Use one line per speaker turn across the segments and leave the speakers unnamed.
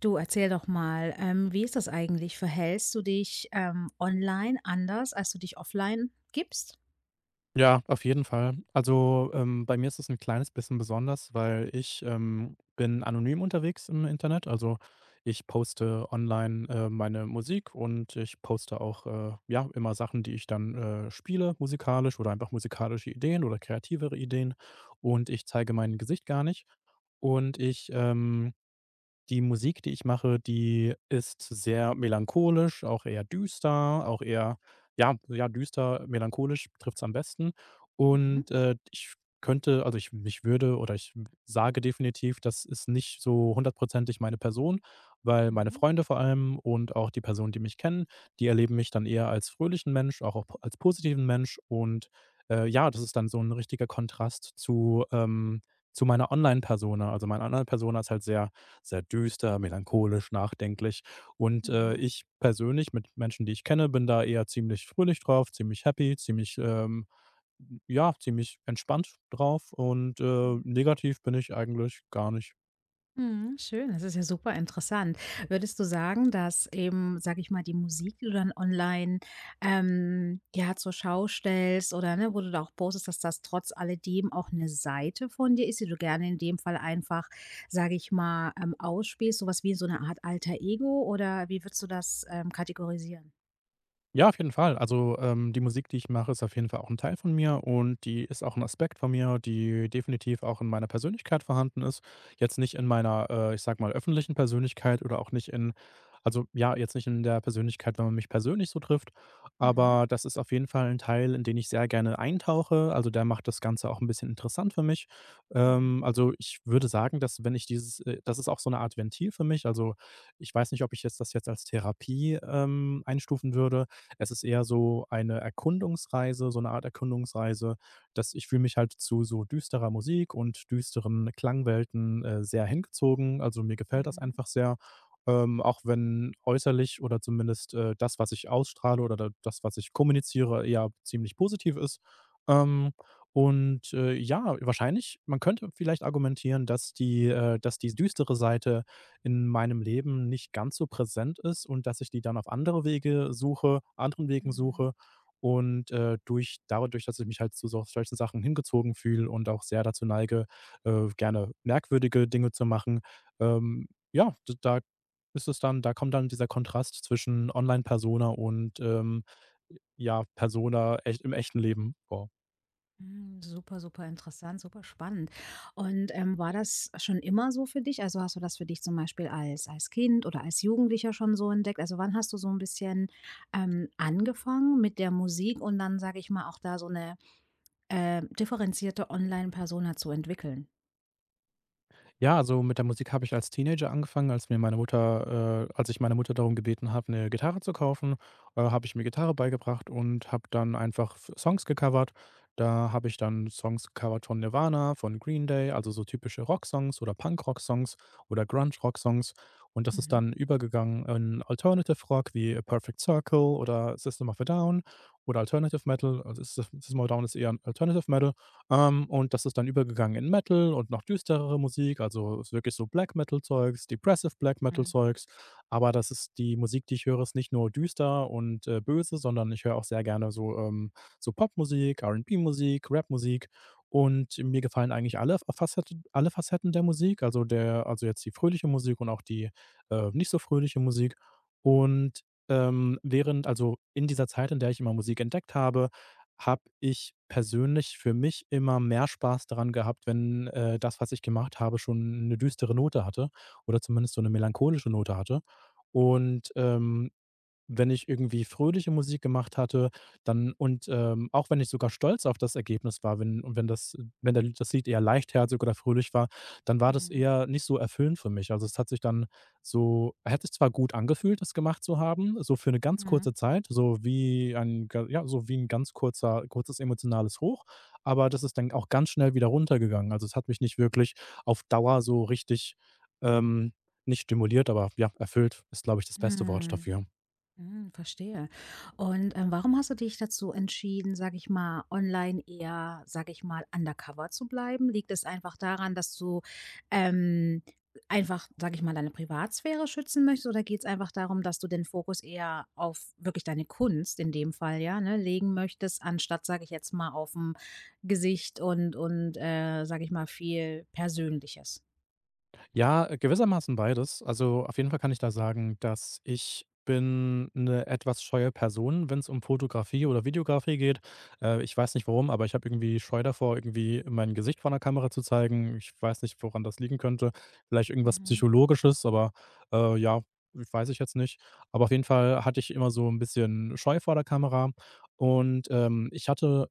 Du, erzähl doch mal, wie ist das eigentlich? Verhältst du dich, online anders, als du dich offline gibst?
Ja, auf jeden Fall. Also, bei mir ist es ein kleines bisschen besonders, weil ich bin anonym unterwegs im Internet. Also, ich poste online, meine Musik und ich poste auch, ja, immer Sachen, die ich dann, spiele musikalisch oder einfach musikalische Ideen oder kreativere Ideen, und ich zeige mein Gesicht gar nicht. Und die Musik, die ich mache, die ist sehr melancholisch, auch eher düster, auch eher, ja, ja, düster, melancholisch trifft's am besten.
Mhm,
Und, ich könnte, also, ich würde oder ich sage definitiv, das ist nicht so hundertprozentig meine Person, weil meine
mhm,
Freunde vor allem und auch die Personen, die mich kennen, die erleben mich dann eher als fröhlichen Mensch, auch als positiven Mensch, und, ja, das ist dann so ein richtiger Kontrast zu meiner Online-Persona. Also, meine Online-Persona ist halt sehr sehr düster, melancholisch, nachdenklich. Und,
mhm,
ich persönlich, mit Menschen, die ich kenne, bin da eher ziemlich fröhlich drauf, ziemlich happy, ziemlich, ja, ziemlich entspannt drauf, und,
mhm.
negativ bin ich eigentlich gar nicht.
Mhm, schön, das ist ja super interessant. Würdest du sagen, dass eben, sage ich mal, die Musik, die du dann online, ja, zur Schau stellst oder, ne, wo du da auch postest, dass das trotz alledem auch eine Seite von dir ist, die du gerne in dem Fall einfach, sage ich mal, ausspielst, so was wie so eine Art Alter Ego oder wie würdest du das, kategorisieren?
Ja, auf jeden Fall. Also, die Musik, die ich mache, ist auf jeden Fall auch ein Teil von mir, und die ist auch ein Aspekt von mir, die definitiv auch in meiner Persönlichkeit vorhanden ist. Jetzt nicht in meiner, ich sag mal, öffentlichen Persönlichkeit oder auch nicht in, also, ja, jetzt nicht in der Persönlichkeit, wenn man mich persönlich so trifft,
Mhm,
aber das ist auf jeden Fall ein Teil, in den ich sehr gerne eintauche. Also, der macht das Ganze auch ein bisschen interessant für mich.
mhm,
Also, ich würde sagen, dass, wenn ich dieses das ist auch so eine Art Ventil für mich. Also, ich weiß nicht, ob ich jetzt das jetzt als Therapie, einstufen würde. Es ist eher so eine Erkundungsreise, so eine Art Erkundungsreise, dass ich, fühle mich halt zu so düsterer Musik und düsteren Klangwelten, sehr hingezogen. Also, mir gefällt das
mhm,
einfach sehr, auch wenn äußerlich, oder zumindest, das, was ich ausstrahle, oder da das, was ich kommuniziere, eher ziemlich positiv ist. Ähm, ja, wahrscheinlich, man könnte vielleicht argumentieren, dass die düstere Seite in meinem Leben nicht ganz so präsent ist und dass ich die dann auf andere Wege suche, anderen Wegen
mhm.
suche, und, durch dadurch, dass ich mich halt zu so solchen Sachen hingezogen fühle und auch sehr dazu neige, gerne merkwürdige Dinge zu machen, ja, d da ist es dann, da kommt dann dieser Kontrast zwischen Online-Persona und, ja, Persona echt, im echten Leben, vor.
Hm, super, super interessant, super spannend. Und, war das schon immer so für dich? Also, hast du das für dich zum Beispiel als Kind oder als Jugendlicher schon so entdeckt? Also, wann hast du so ein bisschen, angefangen mit der Musik und dann, sage ich mal, auch da so eine differenzierte Online-Persona zu entwickeln.
Ja, also, mit der Musik habe ich als Teenager angefangen, als ich meine Mutter darum gebeten habe, eine Gitarre zu kaufen. Habe ich mir Gitarre beigebracht und habe dann einfach F Songs gecovert. Da habe ich dann Songs gecovert von Nirvana, von Green Day, also so typische Rock-Songs oder Punk-Rock-Songs oder grunge rock songs Und das ist
Mhm.
dann übergegangen in Alternative Rock wie A Perfect Circle oder System of a Down oder Alternative Metal. Also, System of a Down ist eher Alternative Metal. Und das ist dann übergegangen in Metal und noch düsterere Musik, also ist wirklich so Black Metal Zeugs, Depressive Black Metal
Mhm.
Zeugs. Aber das ist, die Musik, die ich höre, ist nicht nur düster und, böse, sondern ich höre auch sehr gerne so, so Popmusik, R&B-Musik, Rapmusik. Und mir gefallen eigentlich alle Facetten der Musik, also der, also jetzt die fröhliche Musik und auch die, nicht so fröhliche Musik. Und, während, also, in dieser Zeit, in der ich immer Musik entdeckt habe, habe ich persönlich für mich immer mehr Spaß daran gehabt, wenn, das, was ich gemacht habe, schon eine düstere Note hatte oder zumindest so eine melancholische Note hatte. Und, wenn ich irgendwie fröhliche Musik gemacht hatte, dann, und, auch wenn ich sogar stolz auf das Ergebnis war, wenn, und wenn das, wenn der Lied das Lied eher leichtherzig oder fröhlich war, dann war das
Mhm.
eher nicht so erfüllend für mich. Also, es hat sich dann, so hat sich zwar gut angefühlt, das gemacht zu haben, so für eine ganz
Mhm.
kurze Zeit, so wie ein ga ja, so wie ein ganz kurzer kurzes emotionales Hoch, aber das ist dann auch ganz schnell wieder runtergegangen. Also, es hat mich nicht wirklich auf Dauer so richtig, ähm, nicht stimuliert, aber, ja, erfüllt ist, glaube ich, das beste Wort
Mhm.
dafür.
Hm, verstehe. Und, warum hast du dich dazu entschieden, sage ich mal, online eher, sage ich mal, undercover zu bleiben? Liegt es einfach daran, dass du, ähm, einfach, sage ich mal, deine Privatsphäre schützen möchtest oder geht es einfach darum, dass du den Fokus eher auf wirklich deine Kunst in dem Fall, ja, ne, legen möchtest, anstatt, sage ich jetzt mal, auf dem Gesicht und, sage ich mal, viel Persönliches?
Ja, gewissermaßen beides. Also, auf jeden Fall kann ich da sagen, dass ich, bin eine etwas scheue Person, wenn es um Fotografie oder Videografie geht. Ich weiß nicht warum, aber ich habe irgendwie Scheu davor, irgendwie mein Gesicht vor 'ner Kamera zu zeigen. Ich weiß nicht, woran das liegen könnte. Vielleicht irgendwas
Mhm,
Psychologisches, aber, ja, weiß ich jetzt nicht. Aber auf jeden Fall hatte ich immer so ein bisschen Scheu vor der Kamera, und, ich hatte,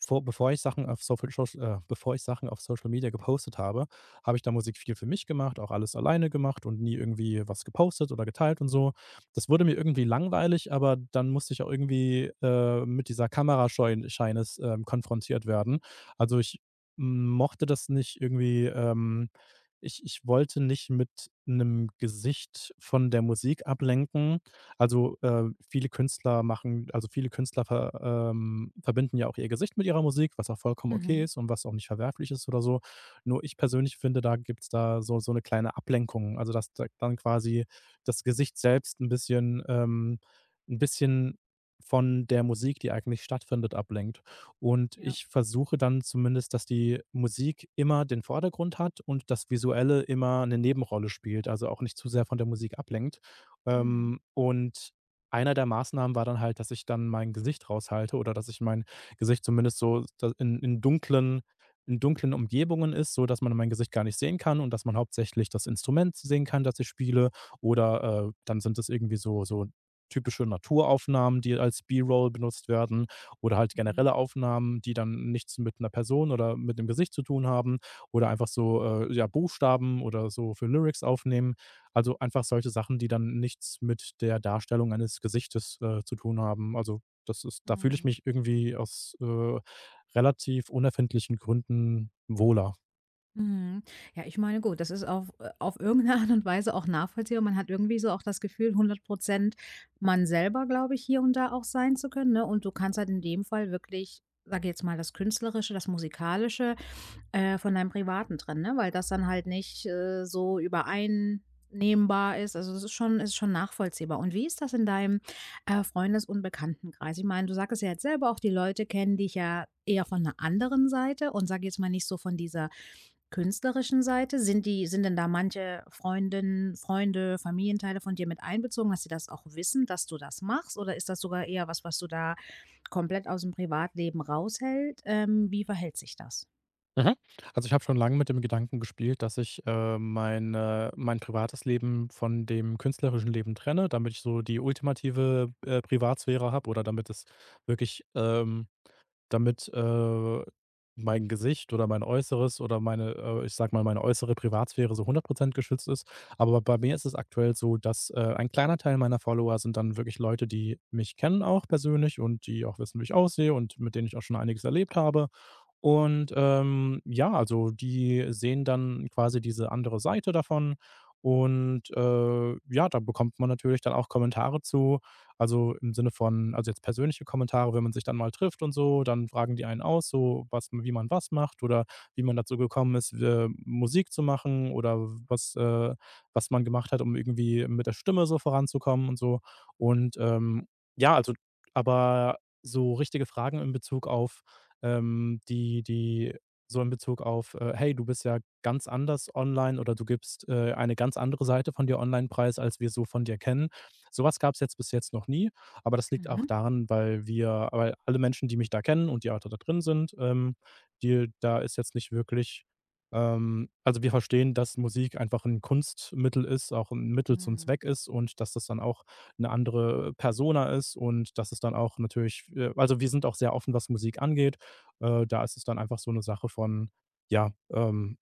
vor bevor ich Sachen auf Social Media gepostet habe, habe ich da Musik viel für mich gemacht, auch alles alleine gemacht und nie irgendwie was gepostet oder geteilt und so. Das wurde mir irgendwie langweilig, aber dann musste ich auch irgendwie, mit dieser Kamerascheuen Scheines, konfrontiert werden. Also, ich mochte das nicht irgendwie, ich wollte nicht mit einem Gesicht von der Musik ablenken. Also, viele Künstler machen, also, viele Künstler ver verbinden ja auch ihr Gesicht mit ihrer Musik, was auch vollkommen okay
mhm,
ist und was auch nicht verwerflich ist oder so. Nur ich persönlich finde, da gibt's da, so eine kleine Ablenkung, also, dass da dann quasi das Gesicht selbst ein bisschen, 'n bisschen von der Musik, die eigentlich stattfindet, ablenkt. Und
ja,
ich versuche dann zumindest, dass die Musik immer den Vordergrund hat und das Visuelle immer eine Nebenrolle spielt, also, auch nicht zu sehr von der Musik ablenkt.
mhm,
Und einer der Maßnahmen war dann halt, dass ich dann mein Gesicht raushalte oder dass ich mein Gesicht zumindest so da in dunklen Umgebungen ist, so dass man mein Gesicht gar nicht sehen kann und dass man hauptsächlich das Instrument sehen kann, das ich spiele. Oder, dann sind es irgendwie so typische Naturaufnahmen, die als B-Roll benutzt werden, oder halt
mhm,
generelle Aufnahmen, die dann nichts mit einer Person oder mit dem Gesicht zu tun haben, oder einfach so, ja, Buchstaben oder so für Lyrics aufnehmen. Also, einfach solche Sachen, die dann nichts mit der Darstellung eines Gesichtes, zu tun haben. Also, das ist, da fühle ich
mhm.
mich irgendwie aus, relativ unerfindlichen Gründen wohler.
Mhm. Ja, ich meine, gut, das ist auf irgendeine Art und Weise auch nachvollziehbar. Man hat irgendwie so auch das Gefühl, hundert Prozent, man selber, glaube ich, hier und da auch sein zu können, ne? Und du kannst halt in dem Fall wirklich, sage jetzt mal, das Künstlerische, das Musikalische von deinem Privaten trennen, ne? Weil das dann halt nicht, so übereinnehmbar ist. Also, das ist schon nachvollziehbar. Und wie ist das in deinem, Freundes- und Bekanntenkreis? Ich meine, du sagtest ja jetzt selber auch, die Leute kennen dich ja eher von einer anderen Seite und sage jetzt mal nicht so von dieser künstlerischen Seite. Sind denn da manche Freundinnen, Freunde, Familienteile von dir mit einbezogen, dass sie das auch wissen, dass du das machst? Oder ist das sogar eher was, was du da komplett aus dem Privatleben raushält, wie verhält sich das?
Mhm. Also, ich habe schon lange mit dem Gedanken gespielt, dass ich, mein privates Leben von dem künstlerischen Leben trenne, damit ich so die ultimative, Privatsphäre habe, oder damit es wirklich, damit, mein Gesicht oder mein Äußeres oder meine, ich sage mal, meine äußere Privatsphäre so 100 geschützt ist. Aber bei mir ist es aktuell so, dass, ein kleiner Teil meiner Follower sind dann wirklich Leute, die mich kennen, auch persönlich, und die auch wissen, wie ich aussehe, und mit denen ich auch schon einiges erlebt habe. Und, ja, also, die sehen dann quasi diese andere Seite davon, und, ja, da bekommt man natürlich dann auch Kommentare zu, also im Sinne von, also jetzt persönliche Kommentare, wenn man sich dann mal trifft und so, dann fragen die einen aus, so was wie, man was macht oder wie man dazu gekommen ist, Musik zu machen oder was äh, was man gemacht hat, um irgendwie mit der Stimme so voranzukommen und so. Und, ja, also, aber so richtige Fragen in Bezug auf, die so in Bezug auf, „Hey, du bist ja ganz anders online, oder du gibst, eine ganz andere Seite von dir online preis, als wir so von dir kennen.“ Sowas gab es jetzt bis jetzt noch nie, aber das liegt auch
Mhm.
daran, weil wir weil alle Menschen, die mich da kennen und die auch da drin sind, die da ist jetzt nicht wirklich also, wir verstehen, dass Musik einfach ein Kunstmittel ist, auch ein Mittel zum
Mhm.
Zweck ist und dass das dann auch eine andere Persona ist und dass es dann auch natürlich, also, wir sind auch sehr offen, was Musik angeht. Da ist es dann einfach so eine Sache von, ja,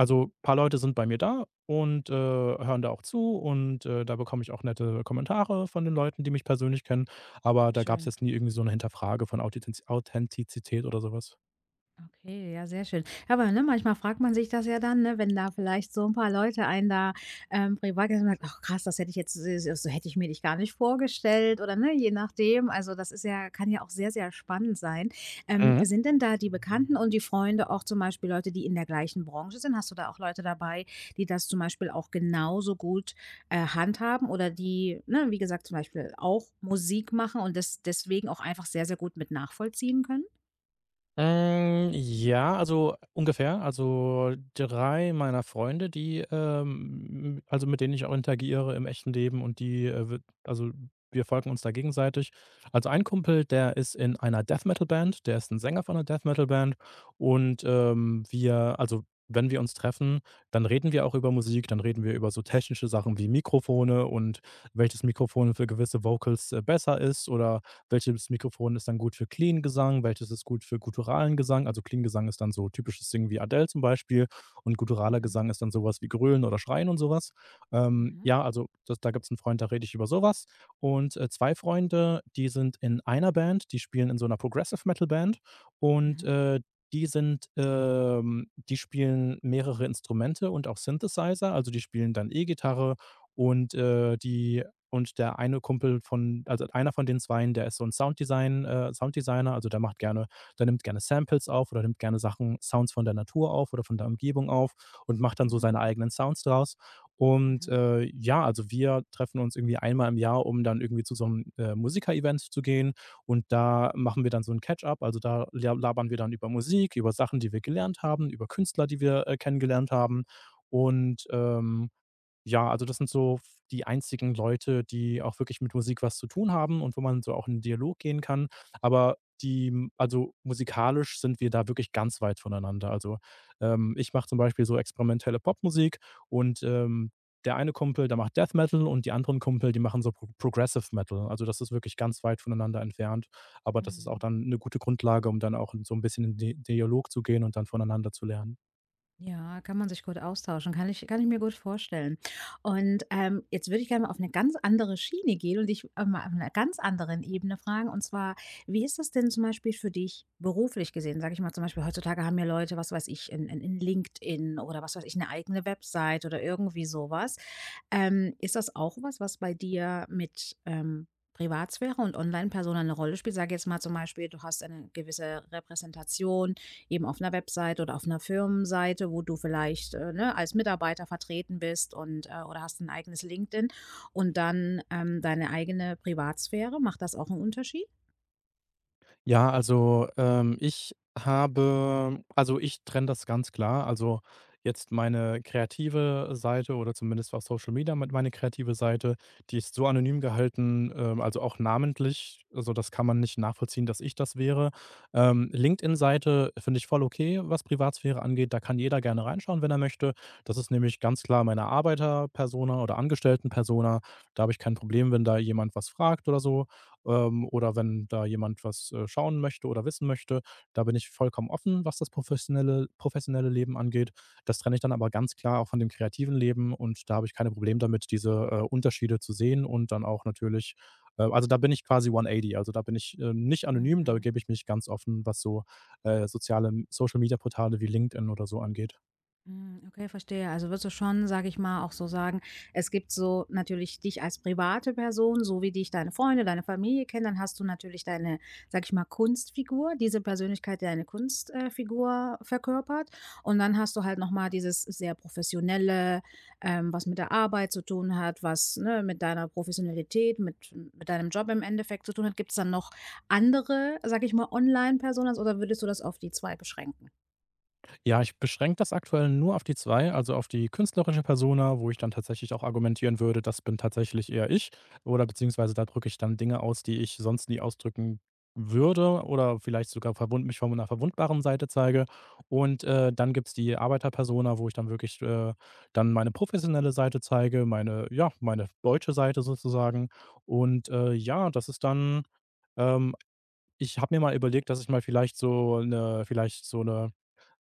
also, paar Leute sind bei mir da und, hören da auch zu, und, da bekomme ich auch nette Kommentare von den Leuten, die mich persönlich kennen, aber da gab es
Schön.
jetzt nie irgendwie so eine Hinterfrage von Authitiz Authentizität oder sowas.
Okay, ja, sehr schön. Ja, aber, ne, manchmal fragt man sich das ja dann, ne, wenn da vielleicht so ein paar Leute einen da, privat kennen und sagt, ach krass, das hätte ich jetzt s so hätte ich mir dich gar nicht vorgestellt oder, ne, je nachdem. Also, das ist ja kann ja auch sehr, sehr spannend sein.
Mhm.
Sind denn da die Bekannten und die Freunde auch zum Beispiel Leute, die in der gleichen Branche sind? Hast du da auch Leute dabei, die das zum Beispiel auch genauso gut, handhaben oder die, ne, wie gesagt, zum Beispiel auch Musik machen und das deswegen auch einfach sehr, sehr gut mit nachvollziehen können?
Hm, ja, also ungefähr. Also, 3 meiner Freunde, die, also, mit denen ich auch interagiere im echten Leben, und die, w also wir folgen uns da gegenseitig. Also ein Kumpel, der ist in einer Death-Metal-Band, der ist ein Sänger von einer Death-Metal-Band und, wir wenn wir uns treffen, dann reden wir auch über Musik, dann reden wir über so technische Sachen wie Mikrofone und welches Mikrofon für gewisse Vocals besser ist oder welches Mikrofon ist dann gut für Clean Gesang, welches ist gut für gutturalen Gesang? Also, Clean Gesang ist dann so typisches Singen wie Adele zum Beispiel und gutturaler
Mhm,
Gesang ist dann sowas wie Grölen oder Schreien und sowas.
mhm,
Ja, also, das da gibt's einen Freund, da rede ich über sowas. Und, 2 Freunde, die sind in einer Band, die spielen in so einer Progressive Metal Band und,
mhm,
die spielen mehrere Instrumente und auch Synthesizer, also, die spielen dann E-Gitarre und, äh, die und der eine Kumpel von einer von den Zweien, der ist so ein Sounddesigner, also der nimmt gerne Samples auf oder nimmt gerne Sachen Sounds von der Natur auf oder von der Umgebung auf und macht dann so seine
mhm,
eigenen Sounds draus. Und,
mhm,
ja, also wir treffen uns irgendwie einmal im Jahr, um dann irgendwie zu so einem Musiker-Event zu gehen und da machen wir dann so ein Catch-up. Also da la labern wir dann über Musik, über Sachen, die wir gelernt haben, über Künstler, die wir, kennengelernt haben und, ja, also das sind so f die einzigen Leute, die auch wirklich mit Musik was zu tun haben und wo man so auch in 'n Dialog gehen kann. Aber die m also musikalisch sind wir da wirklich ganz weit voneinander. Also, ich mache zum Beispiel so experimentelle Popmusik und, der eine Kumpel, der macht Death Metal und die anderen Kumpel, die machen so Progressive Metal. Also, das ist wirklich ganz weit voneinander entfernt, aber das ist auch
mhm.
dann eine gute Grundlage, um dann auch so ein bisschen in Di Dialog zu gehen und dann voneinander zu lernen.
Ja, kann man sich gut austauschen, kann ich mir gut vorstellen. Und, jetzt würde ich gerne mal auf eine ganz andere Schiene gehen und dich, mal auf einer ganz anderen Ebene fragen. Und zwar, wie ist das denn zum Beispiel für dich beruflich gesehen? Sag ich mal zum Beispiel, heutzutage haben ja Leute, was weiß ich, in 'n LinkedIn oder was weiß ich, eine eigene Website oder irgendwie sowas. Ist das auch was, was bei dir mit, Privatsphäre und Online-Persona eine Rolle spielt? Sag jetzt mal zum Beispiel, du hast eine gewisse Repräsentation eben auf einer Webseite oder auf einer Firmenseite, wo du vielleicht, ne, als Mitarbeiter vertreten bist oder hast ein eigenes LinkedIn und dann, deine eigene Privatsphäre. Macht das auch einen Unterschied?
Ja, also, ich trenne das ganz klar. Also, jetzt meine kreative Seite oder zumindest auf Social Media mit meine kreative Seite, die ist so anonym gehalten, also, auch namentlich. Also, das kann man nicht nachvollziehen, dass ich das wäre. LinkedIn-Seite finde ich voll okay, was Privatsphäre angeht. Da kann jeder gerne reinschauen, wenn er möchte. Das ist nämlich ganz klar meine Arbeiter-Persona oder Angestellten-Persona. Da habe ich kein Problem, wenn da jemand was fragt oder so, oder wenn da jemand was, schauen möchte oder wissen möchte. Da bin ich vollkommen offen, was das professionelle Leben angeht. Das trenne ich dann aber ganz klar auch von dem kreativen Leben und da habe ich keine Probleme damit, diese, Unterschiede zu sehen und dann auch natürlich da bin ich quasi 180. Also, da bin ich, nicht anonym, da
Mhm.
gebe ich mich ganz offen, was so, soziale Social Media Portale wie LinkedIn oder so angeht.
Hm, okay, verstehe. Also würdest du schon, sage ich mal, auch so sagen, es gibt so natürlich dich als private Person, so wie dich deine Freunde, deine Familie kennen, dann hast du natürlich deine, sage ich mal, Kunstfigur, diese Persönlichkeit, die deine Kunstfigur verkörpert. Und dann hast du halt nochmal dieses sehr professionelle, was mit der Arbeit zu tun hat, was ne, mit deiner Professionalität, mit, deinem Job im Endeffekt zu tun hat. Gibt es dann noch andere, sage ich mal, Online-Personas oder würdest du das auf die zwei beschränken?
Ja, ich beschränke das aktuell nur auf die 2, also auf die künstlerische Persona, wo ich dann tatsächlich auch argumentieren würde, das bin tatsächlich eher ich oder beziehungsweise da drücke ich dann Dinge aus, die ich sonst nie ausdrücken würde oder vielleicht sogar verwund mich von einer verwundbaren Seite zeige. Und, dann gibt's die Arbeiterpersona, wo ich dann wirklich, dann meine professionelle Seite zeige, meine ja, meine deutsche Seite sozusagen. Und, ja, das ist dann, ähm ich habe mir mal überlegt, dass ich mal vielleicht so eine, vielleicht so eine,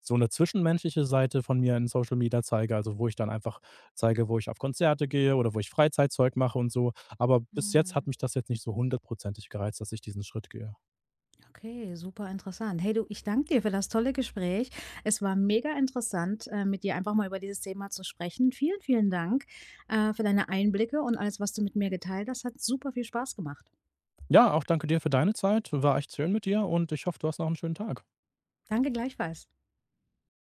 so eine zwischenmenschliche Seite von mir in Social Media zeige, also, wo ich dann einfach zeige, wo ich auf Konzerte gehe oder wo ich Freizeitzeug mache und so. Aber bis jetzt hat
Hm.
mich das jetzt nicht so hundertprozentig gereizt, dass ich diesen Schritt gehe.
Okay, super interessant. Hey du, ich danke dir für das tolle Gespräch. Es war mega interessant, mit dir einfach mal über dieses Thema zu sprechen. Vielen, vielen Dank, für deine Einblicke und alles, was du mit mir geteilt hast. Hat super viel Spaß gemacht.
Ja, auch danke dir für deine Zeit. War echt schön mit dir und ich hoffe, du hast noch einen schönen Tag.
Danke gleichfalls.